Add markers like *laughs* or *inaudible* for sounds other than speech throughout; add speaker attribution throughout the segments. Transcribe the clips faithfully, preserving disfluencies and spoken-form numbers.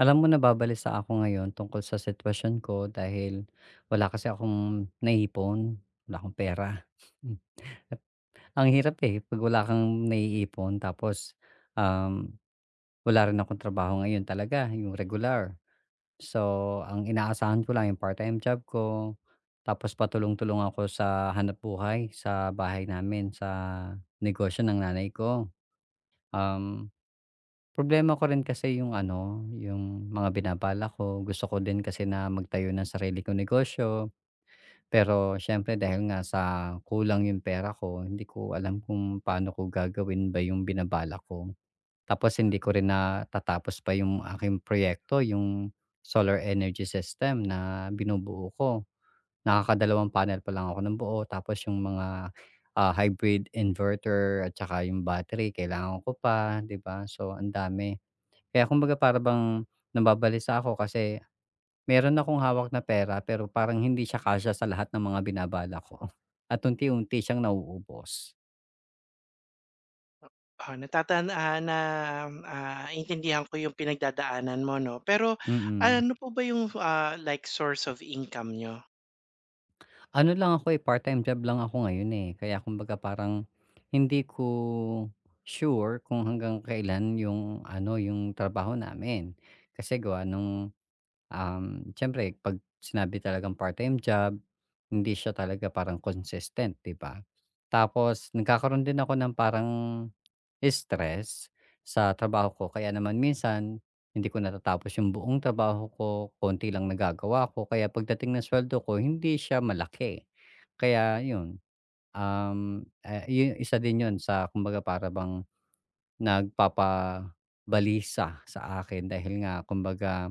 Speaker 1: Alam mo nababalisa ako ngayon tungkol sa sitwasyon ko dahil wala kasi akong naipon, wala akong pera. *laughs* Hmm, ang hirap, eh, 'pag wala kang naiipon tapos, um, wala rin akong trabaho ngayon talaga, yung regular. So, ang inaasahan ko lang yung part-time job ko, tapos patulong-tulong ako sa hanap hanapbuhay sa bahay namin, sa negosyo ng nanay ko. Um Problema ko rin kasi yung ano, yung mga binabala ko. Gusto ko din kasi na magtayo ng sarili kong negosyo. Pero siyempre dahil nga sa kulang yung pera ko, hindi ko alam kung paano ko gagawin ba yung binabala ko. Tapos hindi ko rin natatapos pa yung aking proyekto, yung solar energy system na binubuo ko. Nakakadalawang panel pa lang ako ng buo. Tapos yung mga ah, hybrid inverter at saka yung battery, kailangan ko pa, di ba? So, ang dami. Kaya kumbaga para bang nababalisa ako kasi meron akong hawak na pera pero parang hindi siya kasya sa lahat ng mga binabala ko *laughs* at unti-unti siyang nauubos.
Speaker 2: Ah, natatan ah, na, ah, intindihan ko yung pinagdadaanan mo 'no. Pero
Speaker 1: Mm.
Speaker 2: ano po ba yung, ah, like source of income niyo?
Speaker 1: Ano lang ako, eh, part-time job lang ako ngayon, eh, kaya kumbaga parang hindi ko sure kung hanggang kailan yung ano, yung trabaho namin. Kasi gawa nung Um, siyempre 'pag sinabi talagang part-time job, hindi siya talaga parang consistent, 'di ba? Tapos nagkakaroon din ako ng parang stress sa trabaho ko kaya naman minsan hindi ko natatapos yung buong trabaho ko, konti lang nagagawa ko kaya pagdating ng sweldo ko hindi siya malaki. Kaya yun, um, ah, yu isa din yun sa kumbaga para bang nagpapabalisa sa akin dahil nga kumbaga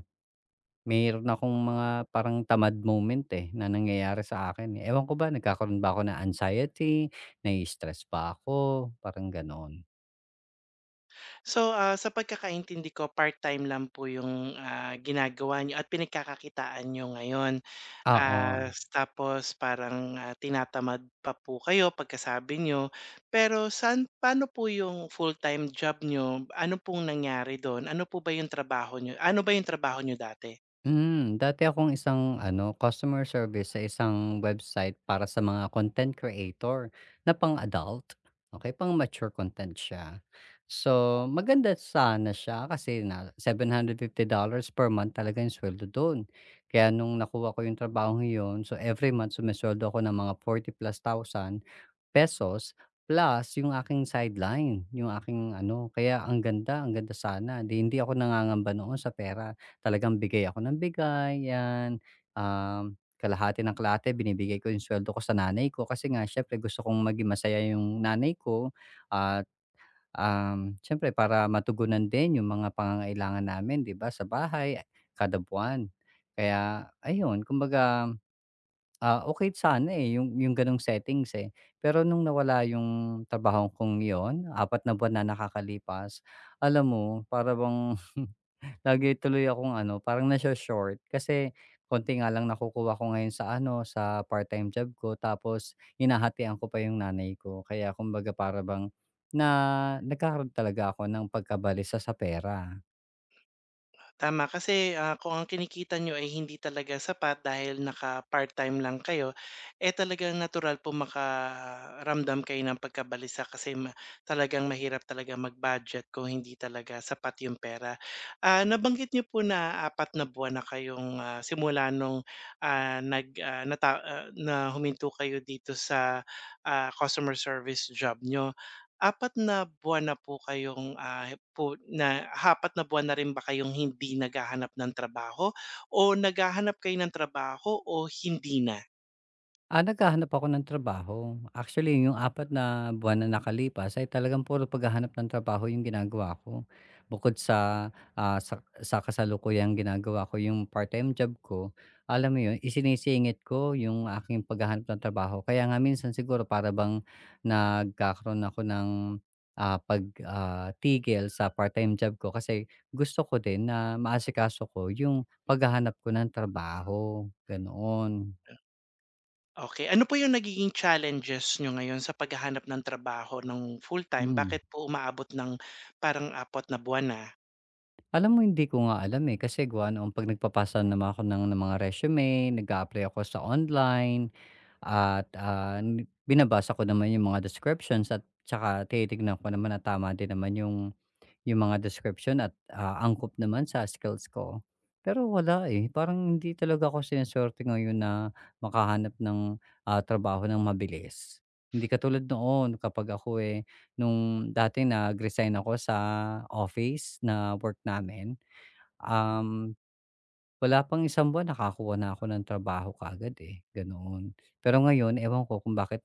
Speaker 1: meron akong mga parang tamad moment, eh, na nangyayari sa akin, eh. Ewan ko ba nagkakaroon ba ako ng anxiety, nai-stress ba ako, parang gano'n.
Speaker 2: So, ah, sa pagkakaintindi ko part-time lang po yung, ah, ginagawa niyo at pinagkakakitaan niyo ngayon. Ah,
Speaker 1: Oo.
Speaker 2: tapos parang, ah, tinatamad pa po kayo pagkasabi niyo. Pero saan paano po yung full-time job niyo? Ano pong nangyari do'n? Ano po ba yung trabaho niyo ano ba yung trabaho niyo dati?
Speaker 1: Hmm, dati akong isang ano, customer service sa isang website para sa mga content creator na pang-adult. Okay, pang-mature content siya. So, maganda sana siya kasi na seven hundred fifty dollars per month talaga yung sweldo dun. Kaya nung nakuha ko yung trabaho yun, so every month sumesuweldo ako ng mga forty plus thousand pesos plus yung aking sideline, yung aking ano, kaya ang ganda, ang ganda sana. 'Di hindi ako nangangamba noon sa pera. Talagang bigay ako ng bigay, 'yan. Um, kalahati ng kalahati binibigay ko yung suweldo ko sa nanay ko kasi nga siyempre gusto kong maging masaya yung nanay ko at, um, siyempre para matugunan din yung mga pangangailangan namin, 'di ba, sa bahay kada buwan. Kaya ayun, kumbaga Ah, okay sana, eh, yung yung gano'ng settings, eh. Pero nung nawala yung trabaho kong yon apat na buwan na nakakalipas, alam mo para bang *laughs* lagi tuloy akong ano, parang naso-short kasi konti nga lang nakukuha ko ngayon sa ano, sa part-time job ko tapos hinahatian ko pa yung nanay ko. Kaya kumbaga para bang na nagkaroon talaga ako ng pagkabalisa sa pera.
Speaker 2: Tama, kasi, ah, kung ang kinikita niyo ay hindi talaga sapat dahil naka-part-time lang kayo, eh, talagang natural po makaramdam kayo ng pagkabalisa kasi ma talagang mahirap talaga mag-budget kung hindi talaga sapat yung pera. Ah, nabanggit niyo po na apat na buwan na kayong, ah, simula nung, ah, nag, ah, nata ah, na huminto kayo dito sa, ah, customer service job niyo. Apat na buwan na po kayong, ah, po na apat na buwan na rin ba kayong hindi naghahanap ng trabaho o naghahanap kayo ng trabaho o hindi na?
Speaker 1: Ah, naghahanap ako ng trabaho. Actually, yung apat na buwan na nakalipas ay talagang puro paghahanap ng trabaho yung ginagawa ko. Bukod sa, ah, sa sa kasalukuyang ginagawa ko yung part-time job ko, alam mo yun, isinisingit ko yung aking paghahanap ng trabaho. Kaya nga minsan siguro para bang nagkakaroon ako ng, ah, pag ah, tigil sa part-time job ko kasi gusto ko din na maasikaso ko yung paghahanap ko ng trabaho, ganoon.
Speaker 2: Okay, ano po yung nagiging challenges niyo ngayon sa paghahanap ng trabaho ng full-time?
Speaker 1: Hmm.
Speaker 2: Bakit po umaabot ng parang apat na buwan na?
Speaker 1: Alam mo hindi ko nga alam, eh, kasi gawa noong 'pag nagpapasa naman ako ng ng mga resume, nag apply ako sa online at, ah, ni binabasa ko naman yung mga descriptions at tsaka tinitignan ko naman na tama din naman yung yung mga description at, ah, angkop naman sa skills ko. Pero wala, eh, parang hindi talaga ako sinusuwerte ngayon na makahanap ng, ah, trabaho ng mabilis. Hindi katulad noon kapag ako, eh, nung dati nag-resign ako sa office na work namin. Um, wala pang isang buwan nakakuha na ako ng trabaho kaagad, eh, ganoon. Pero ngayon ewan ko kung bakit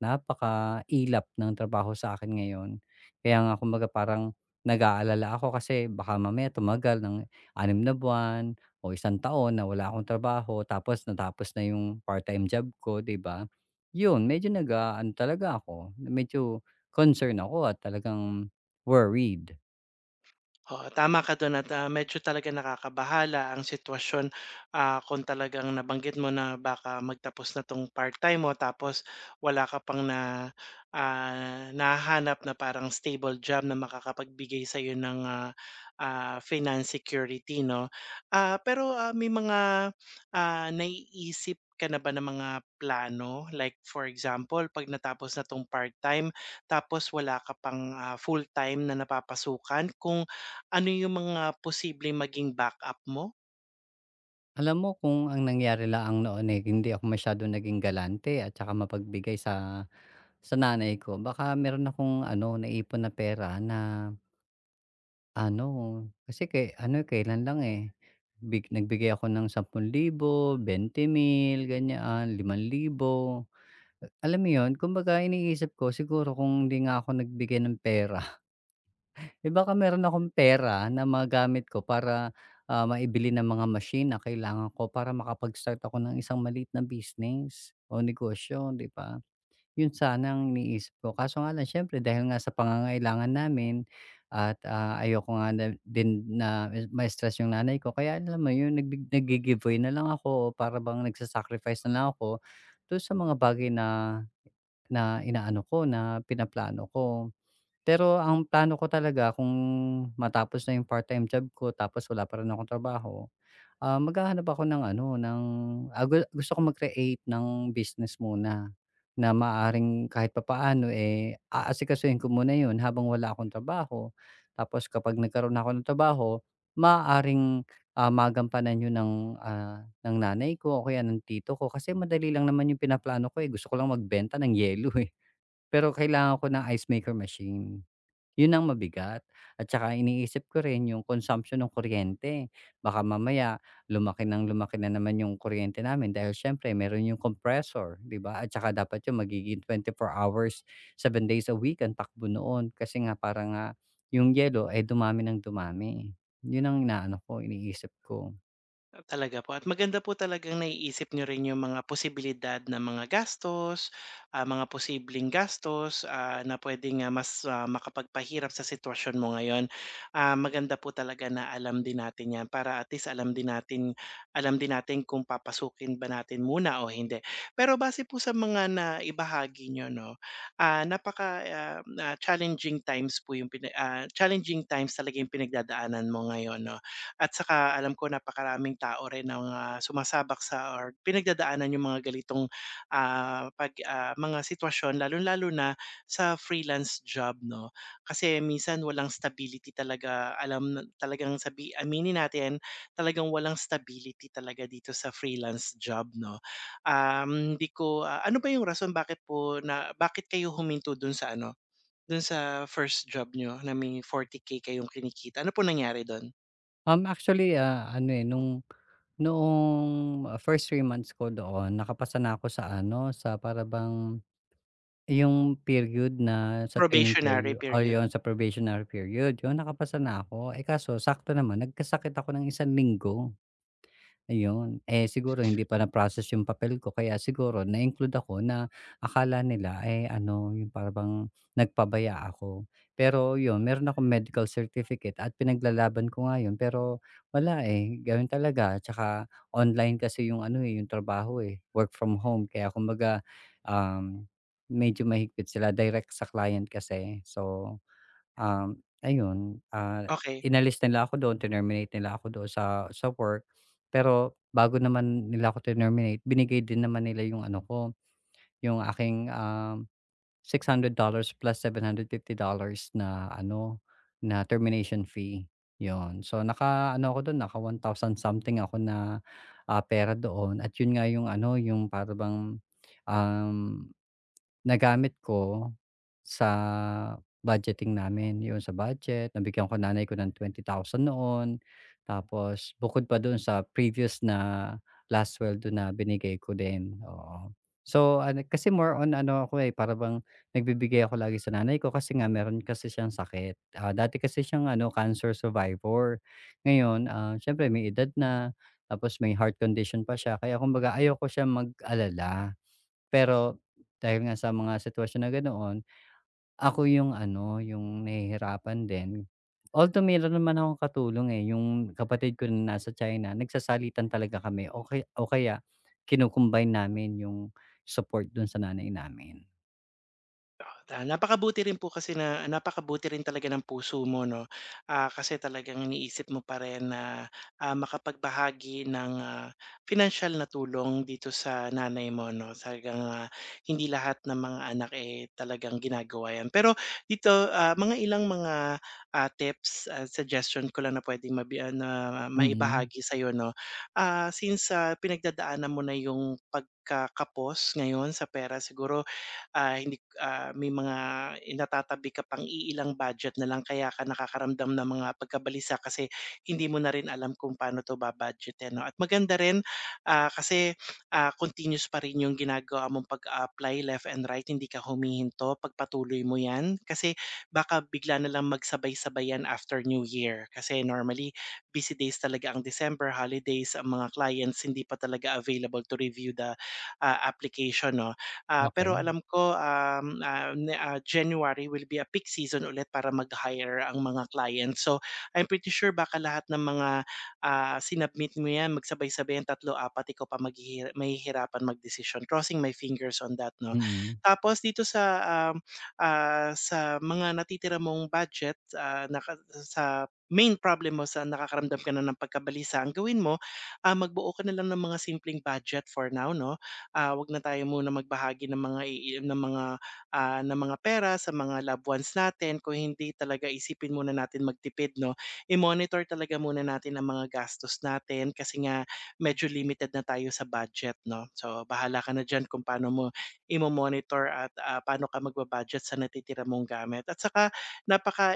Speaker 1: ilap ng trabaho sa akin ngayon. Kaya nga kumbaga parang nag-aalala ako kasi baka mamaya tumagal ng anim na buwan o isang taon na wala akong trabaho tapos natapos na yung part-time job ko, 'di ba? Yun, medyo nag-aano talaga ako, medyo concern ako at talagang worried.
Speaker 2: Oo, tama ka dun at, ah, medyo talaga nakakabahala ang sitwasyon, ah, kung talagang nabanggit mo na baka magtapos na 'tong part-time mo tapos wala ka pang na, ah, nahahanap na parang stable job na makakapagbigay sa sa'yo ng, ah, ah, finance security 'no. Ah, pero, ah, may mga, ah, naiisip ka na ba na mga plano? Like for example, 'pag natapos na 'tong part-time tapos wala ka pang, ah, full-time na napapasukan, kung ano yung mga posibleng maging backup mo?
Speaker 1: Alam mo kung ang nangyari laang noon, eh, hindi ako masyadong naging galante at saka mapagbigay sa sa nanay ko. Baka meron akong ano, naipon na pera na ano, kasi kay ano, kailan lang, eh, big nagbigay ako ng ten thousand, twenty thousand, ganyan, limang libo. Alam mo 'yun, kumbaga iniisip ko siguro kung hindi nga ako nagbigay ng pera eh, baka meron akong pera na magamit ko para, ah, maibili ng mga machine na kailangan ko para makapag-start ako ng isang maliit na business o negosyo, 'di ba? 'Yun sana ang iniisip ko, kaso nga lang siyempre dahil nga sa pangangailangan namin at, ah, ayoko nga na din na ma-stress yung nanay ko kaya alam mo 'yun, nagbi naggi-giveaway na lang ako para bang nagsa na lang ako to sa mga bagay na na inaano ko, na pinaplano ko. Pero ang plano ko talaga kung matapos na yung part-time job ko tapos wala pa rin akong trabaho, ah, maghahanap ako ng ano, ng ah, gu gusto ko mag-create ng business muna na maaring kahit papaano, eh, aasikasuhin ko muna yun habang wala akong trabaho. Tapos kapag nagkaroon na ako ng trabaho, maaaring, ah, magampanan yun ng, ah, ng nanay ko o kaya ng tito ko kasi madali lang naman yung pinaplano ko, eh, gusto ko lang magbenta ng yelo, eh. Pero kailangan ko ng ice maker machine. Yun ang mabigat at saka iniisip ko rin yung consumption ng kuryente. Baka mamaya lumaki ng lumaki na naman yung kuryente namin dahil siyempre meron yung compressor, 'di ba? At saka dapat yung magiging four hours, seven days a week ang takbo noon kasi nga parang nga yung yelo ay dumami ng dumami. Yun ang inaano ko, iniisip ko.
Speaker 2: Talaga po, at maganda po talagang naiisip nyo rin yung mga posibilidad na mga gastos, ah, mga posibleng gastos, ah, na puwedeng, ah, mas, ah, makapagpahirap sa sitwasyon mo ngayon. Ah, maganda po talaga na alam din natin 'yan para at least alam din natin alam din natin kung papasukin ba natin muna o hindi. Pero base po sa mga naibahagi nyo 'no, ah, napaka, um, ah, challenging times po yung pina ah, challenging times talaga yung pinagdadaanan mo ngayon 'no. At saka alam ko napakaraming tao rin ang, ah, sumasabak sa or pinagdadaanan yung mga ganitong, ah, 'pag, ah, mga sitwasyon lalo lalo na sa freelance job 'no. Kasi minsan walang stability talaga, alam na talagang sabi aminin natin, talagang walang stability talaga dito sa freelance job 'no. Um, hindi ko ah, ano ba yung rason bakit po na bakit kayo huminto dun sa ano, dun sa first job nyo na may forty K kayong kinikita, ano po nangyari dun?
Speaker 1: Um, actually, ah, ano, eh, nung noong uh, first three months ko doon nakapasa na ako sa ano, sa parabang yung period na sa training
Speaker 2: Probationary
Speaker 1: period o
Speaker 2: period,
Speaker 1: yun sa probationary period, yun nakapasa na ako. Eh, kaso sakto naman nagkasakit ako ng isang linggo. Ayun. Eh, siguro hindi pa na-process yung papel ko kaya siguro na-include ako na akala nila, eh, ano, yung parang nagpabaya ako. Pero yun, meron akong medical certificate at pinaglalaban ko nga yun pero wala, eh, gawin talaga. Tsaka online kasi yung ano, eh, yung trabaho, eh, work from home kaya kumbaga, um, medyo mahigpit sila direct sa client kasi. So Um, ayun, ah,
Speaker 2: okey.
Speaker 1: inalis nila ako do'n, tinerminate nila ako doon sa sa work. Pero bago naman nila ako tinerminate, binigay din naman nila yung ano ko, yung aking, um, six hundred dollars plus seven hundred fifty dollars na ano, na termination fee, yon. So, naka-ano ako doon naka one thousand something ako na, ah, pera doon at yun nga yung ano, yung parang bang, um nagamit ko sa budgeting namin, 'yun sa budget. Nabigyan ko nanay ko ng twenty thousand noon. Tapos bukod pa do'n sa previous na last sweldo na binigay ko din, oo. So, ano kasi more on ano ako, eh, para bang nagbibigay ako lagi sa nanay ko kasi nga meron kasi siyang sakit. Ah, dati kasi siyang ano, cancer survivor. Ngayon, ah, siyempre may edad na, tapos may heart condition pa siya. Kaya kumbaga ayaw ko siya mag-alala. Pero dahil nga sa mga sitwasyon na ganoon, ako yung ano, yung nahihirapan din. Although meron naman akong katulong, eh, yung kapatid ko na nasa China, nagsasalitan talaga kami o kaya o kaya kino namin yung support dun sa nanay namin.
Speaker 2: Ah, napakabuti rin po kasi na napakabuti rin talaga ng puso mo 'no, ah, kasi talagang iniisip mo pa rin na, ah, makapagbahagi ng, ah, pinansiyal na tulong dito sa nanay mo 'no. Talagang, ah, hindi lahat ng mga anak, eh, talagang ginagawa 'yan. Pero dito, ah, mga ilang mga, ah, tips at suggestion ko lang na puwedeng mabi ah, na
Speaker 1: Mm.
Speaker 2: maibahagi sa'yo 'no. Ah, since, ah, pinagdadaanan mo na yung pagkakapos ngayon sa pera, siguro ah, hindi ah, may mga natatabi ka pang iilang budget na lang kaya ka nakakaramdam ng mga pagkabalisa, kasi hindi mo na rin alam kung paano 'to ba-budgetin 'no. At maganda rin, ah, kasi, ah, continuous pa rin yung ginagawa mong pag apply left and right, hindi ka humihinto, pagpatuloy mo 'yan. Kasi baka bigla na lang magsabay-sabay 'yan after New Year kasi normally busy days talaga ang December, holidays, ang mga clients hindi pa talaga available to review the, ah, application 'no. Ah, pero
Speaker 1: Okey.
Speaker 2: alam ko, um, ah, ne ah, January will be a peak season ulit para mag-hire ang mga clients. So, I'm pretty sure baka lahat ng mga, ah, sinubmit mo 'yan magsabay-sabay ang tatlo apat, ikaw pa maghihi mahihirapan decision. Crossing my fingers on that 'no.
Speaker 1: Mm,
Speaker 2: Tapos dito sa, um, ah, sa mga natitira mong budget, ah, naka sa main problem mo sa nakakaramdam ka na ng pagkabalisa, ang gawin mo, ah, magbuo ka na lang ng mga simpleng budget for now 'no. Ah, wag na tayo muna magbahagi ng mga ii ng mga, ah, ng mga pera sa mga loved ones natin, kung hindi talaga isipin muna natin magtipid 'no. I-monitor talaga muna natin ang mga gastos natin kasi nga medyo limited na tayo sa budget 'no. So, bahala ka na diyan kung paano mo imo-monitor at, ah, paano ka magba-budget sa natitira mong gamit. At saka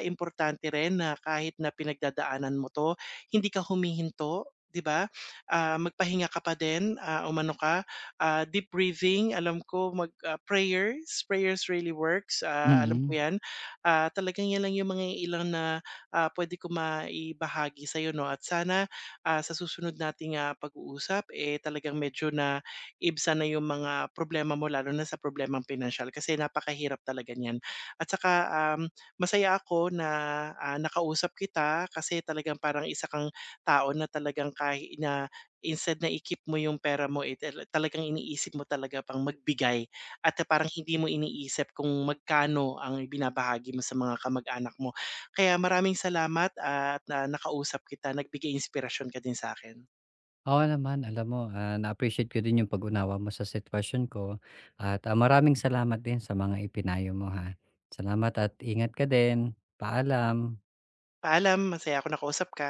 Speaker 2: importante rin na kahit na pinagdadaanan mo 'to, hindi ka humihinto, 'di ba? Ah, magpahinga ka pa din, ah, umano ka ah, deep breathing, alam ko mag ah, prayers, prayers really works, ah, alam ko
Speaker 1: mm.
Speaker 2: 'yan. Ah, talagang 'yan lang 'yung mga ilang na, ah, puwede ko maibahagi sa'yo 'no, at sana, ah, sa susunod nating, ah, pag-uusap, eh, talagang medyo naibsan na 'yung mga problema mo lalo na sa problemang pinansiyal kasi napakahirap talaga niyan. At saka, um, masaya ako na, ah, nakausap kita kasi talagang parang isa kang tao na talagang kahi na instead na i-keep mo yung pera mo, eh, tala talagang iniisip mo talaga pang magbigay, at eh, parang hindi mo iniisip kung magkano ang ibinabahagi mo sa mga kamag-anak mo. Kaya maraming salamat at na nakausap kita, nagbigay inspirasyon ka din sa akin.
Speaker 1: Oo naman, alam mo, ah, na-appreciate ko din yung pag-unawa mo sa sitwasyon ko at, ah, maraming salamat din sa mga ipinayo mo, ha. Salamat at ingat ka din. Paalam.
Speaker 2: Paalam, masaya ako nakausap ka.